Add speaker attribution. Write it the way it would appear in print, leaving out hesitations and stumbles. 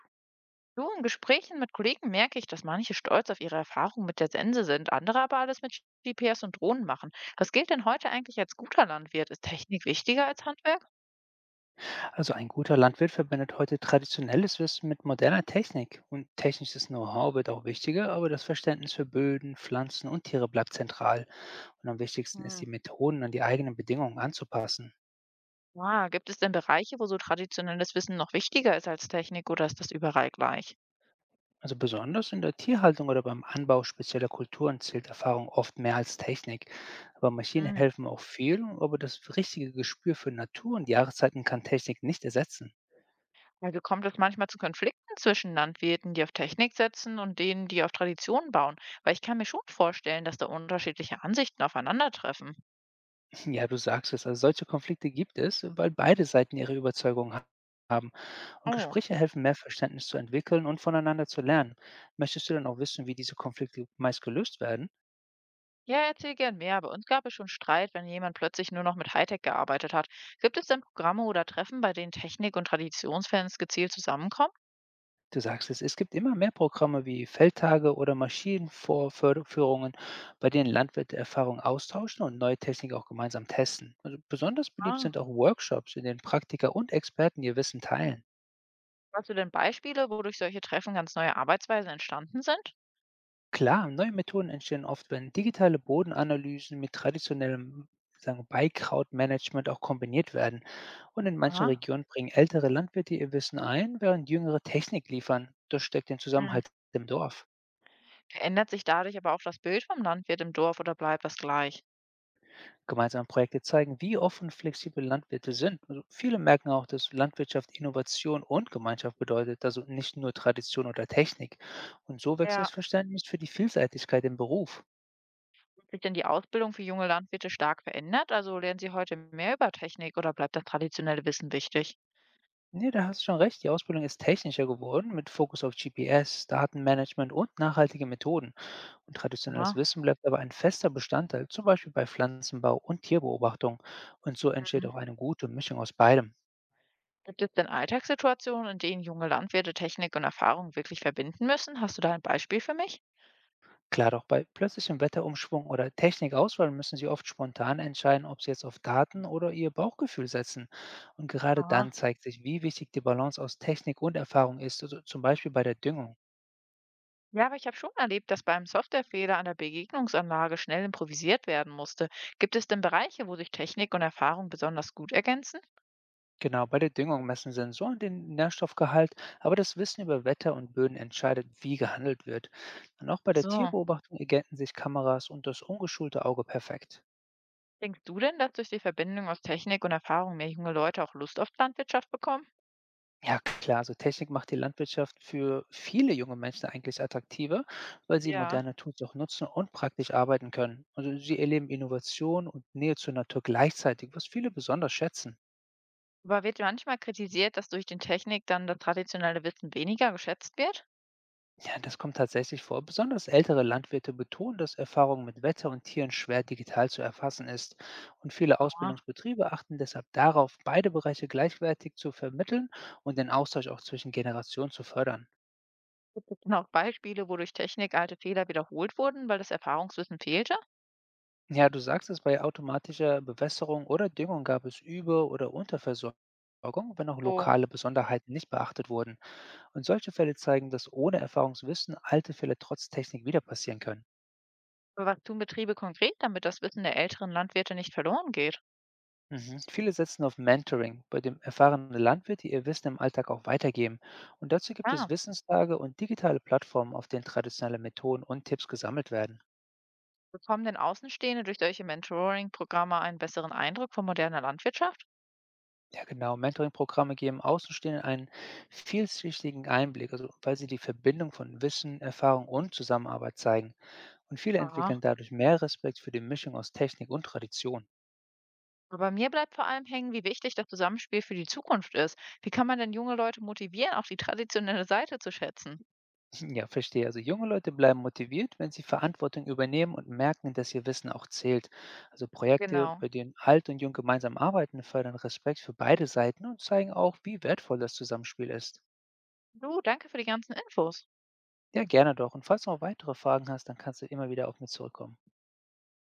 Speaker 1: Du, in Gesprächen mit Kollegen merke ich, dass manche stolz auf ihre Erfahrungen mit der Sense sind, andere aber alles mit GPS und Drohnen machen. Was gilt denn heute eigentlich als guter Landwirt? Ist Technik wichtiger als Handwerk?
Speaker 2: Also ein guter Landwirt verbindet heute traditionelles Wissen mit moderner Technik und technisches Know-how wird auch wichtiger, aber das Verständnis für Böden, Pflanzen und Tiere bleibt zentral und am wichtigsten ist,
Speaker 1: Hm.
Speaker 2: die Methoden an die eigenen Bedingungen anzupassen.
Speaker 1: Gibt es denn Bereiche, wo so traditionelles Wissen noch wichtiger ist als Technik, oder ist das überall gleich?
Speaker 2: Also besonders in der Tierhaltung oder beim Anbau spezieller Kulturen zählt Erfahrung oft mehr als Technik. Aber Maschinen
Speaker 1: Hm.
Speaker 2: helfen auch viel, aber das richtige Gespür für Natur und Jahreszeiten kann Technik nicht ersetzen.
Speaker 1: Also kommt es manchmal zu Konflikten zwischen Landwirten, die auf Technik setzen, und denen, die auf Tradition bauen? Weil ich kann mir schon vorstellen, dass da unterschiedliche Ansichten aufeinandertreffen.
Speaker 2: Ja, du sagst es. Also solche Konflikte gibt es, weil beide Seiten ihre Überzeugungen haben. Und
Speaker 1: Oh.
Speaker 2: Gespräche helfen, mehr Verständnis zu entwickeln und voneinander zu lernen. Möchtest du dann auch wissen, wie diese Konflikte meist gelöst werden?
Speaker 1: Ja, erzähl gern mehr. Bei uns gab es schon Streit, wenn jemand plötzlich nur noch mit Hightech gearbeitet hat. Gibt es denn Programme oder Treffen, bei denen Technik- und Traditionsfans gezielt zusammenkommen?
Speaker 2: Du sagst es, es gibt immer mehr Programme wie Feldtage oder Maschinenvorführungen, bei denen Landwirte Erfahrungen austauschen und neue Techniken auch gemeinsam testen. Also besonders beliebt
Speaker 1: Ah,
Speaker 2: sind auch Workshops, in denen Praktiker und Experten ihr Wissen teilen.
Speaker 1: Hast du denn Beispiele, wodurch solche Treffen ganz neue Arbeitsweisen entstanden sind?
Speaker 2: Klar, neue Methoden entstehen oft, wenn digitale Bodenanalysen mit traditionellem sagen, wir, Beikrautmanagement auch kombiniert werden. Und in manchen
Speaker 1: Aha.
Speaker 2: Regionen bringen ältere Landwirte ihr Wissen ein, während jüngere Technik liefern. Das steckt den
Speaker 1: Hm.
Speaker 2: Zusammenhalt im Dorf.
Speaker 1: Verändert sich dadurch aber auch das Bild vom Landwirt im Dorf, oder bleibt das gleich?
Speaker 2: Gemeinsame Projekte zeigen, wie offen und flexibel Landwirte sind. Also viele merken auch, dass Landwirtschaft Innovation und Gemeinschaft bedeutet, also nicht nur Tradition oder Technik. Und so wächst
Speaker 1: Ja,
Speaker 2: das Verständnis für die Vielseitigkeit im Beruf.
Speaker 1: hat sich denn die Ausbildung für junge Landwirte stark verändert? Also lernen sie heute mehr über Technik, oder bleibt das traditionelle Wissen wichtig?
Speaker 2: Ne, da hast du schon recht. Die Ausbildung ist technischer geworden, mit Fokus auf GPS, Datenmanagement und nachhaltige Methoden. Und traditionelles
Speaker 1: Aha.
Speaker 2: Wissen bleibt aber ein fester Bestandteil, zum Beispiel bei Pflanzenbau und Tierbeobachtung. Und so entsteht auch
Speaker 1: Mhm.
Speaker 2: eine gute Mischung aus beidem.
Speaker 1: Gibt es denn Alltagssituationen, in denen junge Landwirte Technik und Erfahrung wirklich verbinden müssen? Hast du da ein Beispiel für mich?
Speaker 2: Klar, doch bei plötzlichem Wetterumschwung oder Technikauswahl müssen sie oft spontan entscheiden, ob sie jetzt auf Daten oder ihr Bauchgefühl setzen. Und gerade dann
Speaker 1: Aha.
Speaker 2: zeigt sich, wie wichtig die Balance aus Technik und Erfahrung ist, also zum Beispiel bei der Düngung.
Speaker 1: Ja, aber ich habe schon erlebt, dass beim Softwarefehler an der Begegnungsanlage schnell improvisiert werden musste. Gibt es denn Bereiche, wo sich Technik und Erfahrung besonders gut ergänzen?
Speaker 2: Genau, bei der Düngung messen Sensoren den Nährstoffgehalt, aber das Wissen über Wetter und Böden entscheidet, wie gehandelt wird. Und auch bei der
Speaker 1: So.
Speaker 2: Tierbeobachtung ergänzen sich Kameras und das ungeschulte Auge perfekt.
Speaker 1: Denkst du denn, dass durch die Verbindung aus Technik und Erfahrung mehr junge Leute auch Lust auf Landwirtschaft bekommen?
Speaker 2: Ja klar, so Technik macht die Landwirtschaft für viele junge Menschen eigentlich attraktiver, weil sie
Speaker 1: Ja.
Speaker 2: moderne Tools auch nutzen und praktisch arbeiten können. Also sie erleben Innovation und Nähe zur Natur gleichzeitig, was viele besonders schätzen.
Speaker 1: Aber wird manchmal kritisiert, dass durch den Technik dann das traditionelle Wissen weniger geschätzt wird?
Speaker 2: Ja, das kommt tatsächlich vor. Besonders ältere Landwirte betonen, dass Erfahrung mit Wetter und Tieren schwer digital zu erfassen ist. Und viele
Speaker 1: Aha.
Speaker 2: Ausbildungsbetriebe achten deshalb darauf, beide Bereiche gleichwertig zu vermitteln und den Austausch auch zwischen Generationen zu fördern.
Speaker 1: Gibt es denn auch Beispiele, wo durch Technik alte Fehler wiederholt wurden, weil das Erfahrungswissen fehlte?
Speaker 2: Ja, du sagst es, bei automatischer Bewässerung oder Düngung gab es Über- oder Unterversorgung, wenn auch
Speaker 1: Oh,
Speaker 2: lokale Besonderheiten nicht beachtet wurden. Und solche Fälle zeigen, dass ohne Erfahrungswissen alte Fälle trotz Technik wieder passieren können.
Speaker 1: aber was tun Betriebe konkret, damit das Wissen der älteren Landwirte nicht verloren geht?
Speaker 2: Mhm. Viele setzen auf Mentoring, bei dem erfahrene Landwirte ihr Wissen im Alltag auch weitergeben. Und dazu gibt es
Speaker 1: Ah,
Speaker 2: Wissenstage und digitale Plattformen, auf denen traditionelle Methoden und Tipps gesammelt werden.
Speaker 1: Bekommen denn Außenstehende durch solche Mentoring-Programme einen besseren Eindruck von moderner Landwirtschaft?
Speaker 2: Ja, genau. Mentoring-Programme geben Außenstehenden einen vielschichtigen Einblick, also weil sie die Verbindung von Wissen, Erfahrung und Zusammenarbeit zeigen. Und viele
Speaker 1: Ah,
Speaker 2: entwickeln dadurch mehr Respekt für die Mischung aus Technik und Tradition.
Speaker 1: aber bei mir bleibt vor allem hängen, wie wichtig das Zusammenspiel für die Zukunft ist. Wie kann man denn junge Leute motivieren, auch die traditionelle Seite zu schätzen?
Speaker 2: Ja, verstehe. Also junge Leute bleiben motiviert, wenn sie Verantwortung übernehmen und merken, dass ihr Wissen auch zählt. Also Projekte, bei
Speaker 1: Genau.
Speaker 2: denen alt und jung gemeinsam arbeiten, fördern Respekt für beide Seiten und zeigen auch, wie wertvoll das Zusammenspiel ist.
Speaker 1: Du, danke für die ganzen Infos.
Speaker 2: Ja, gerne doch. Und falls du noch weitere Fragen hast, dann kannst du immer wieder auf mich zurückkommen.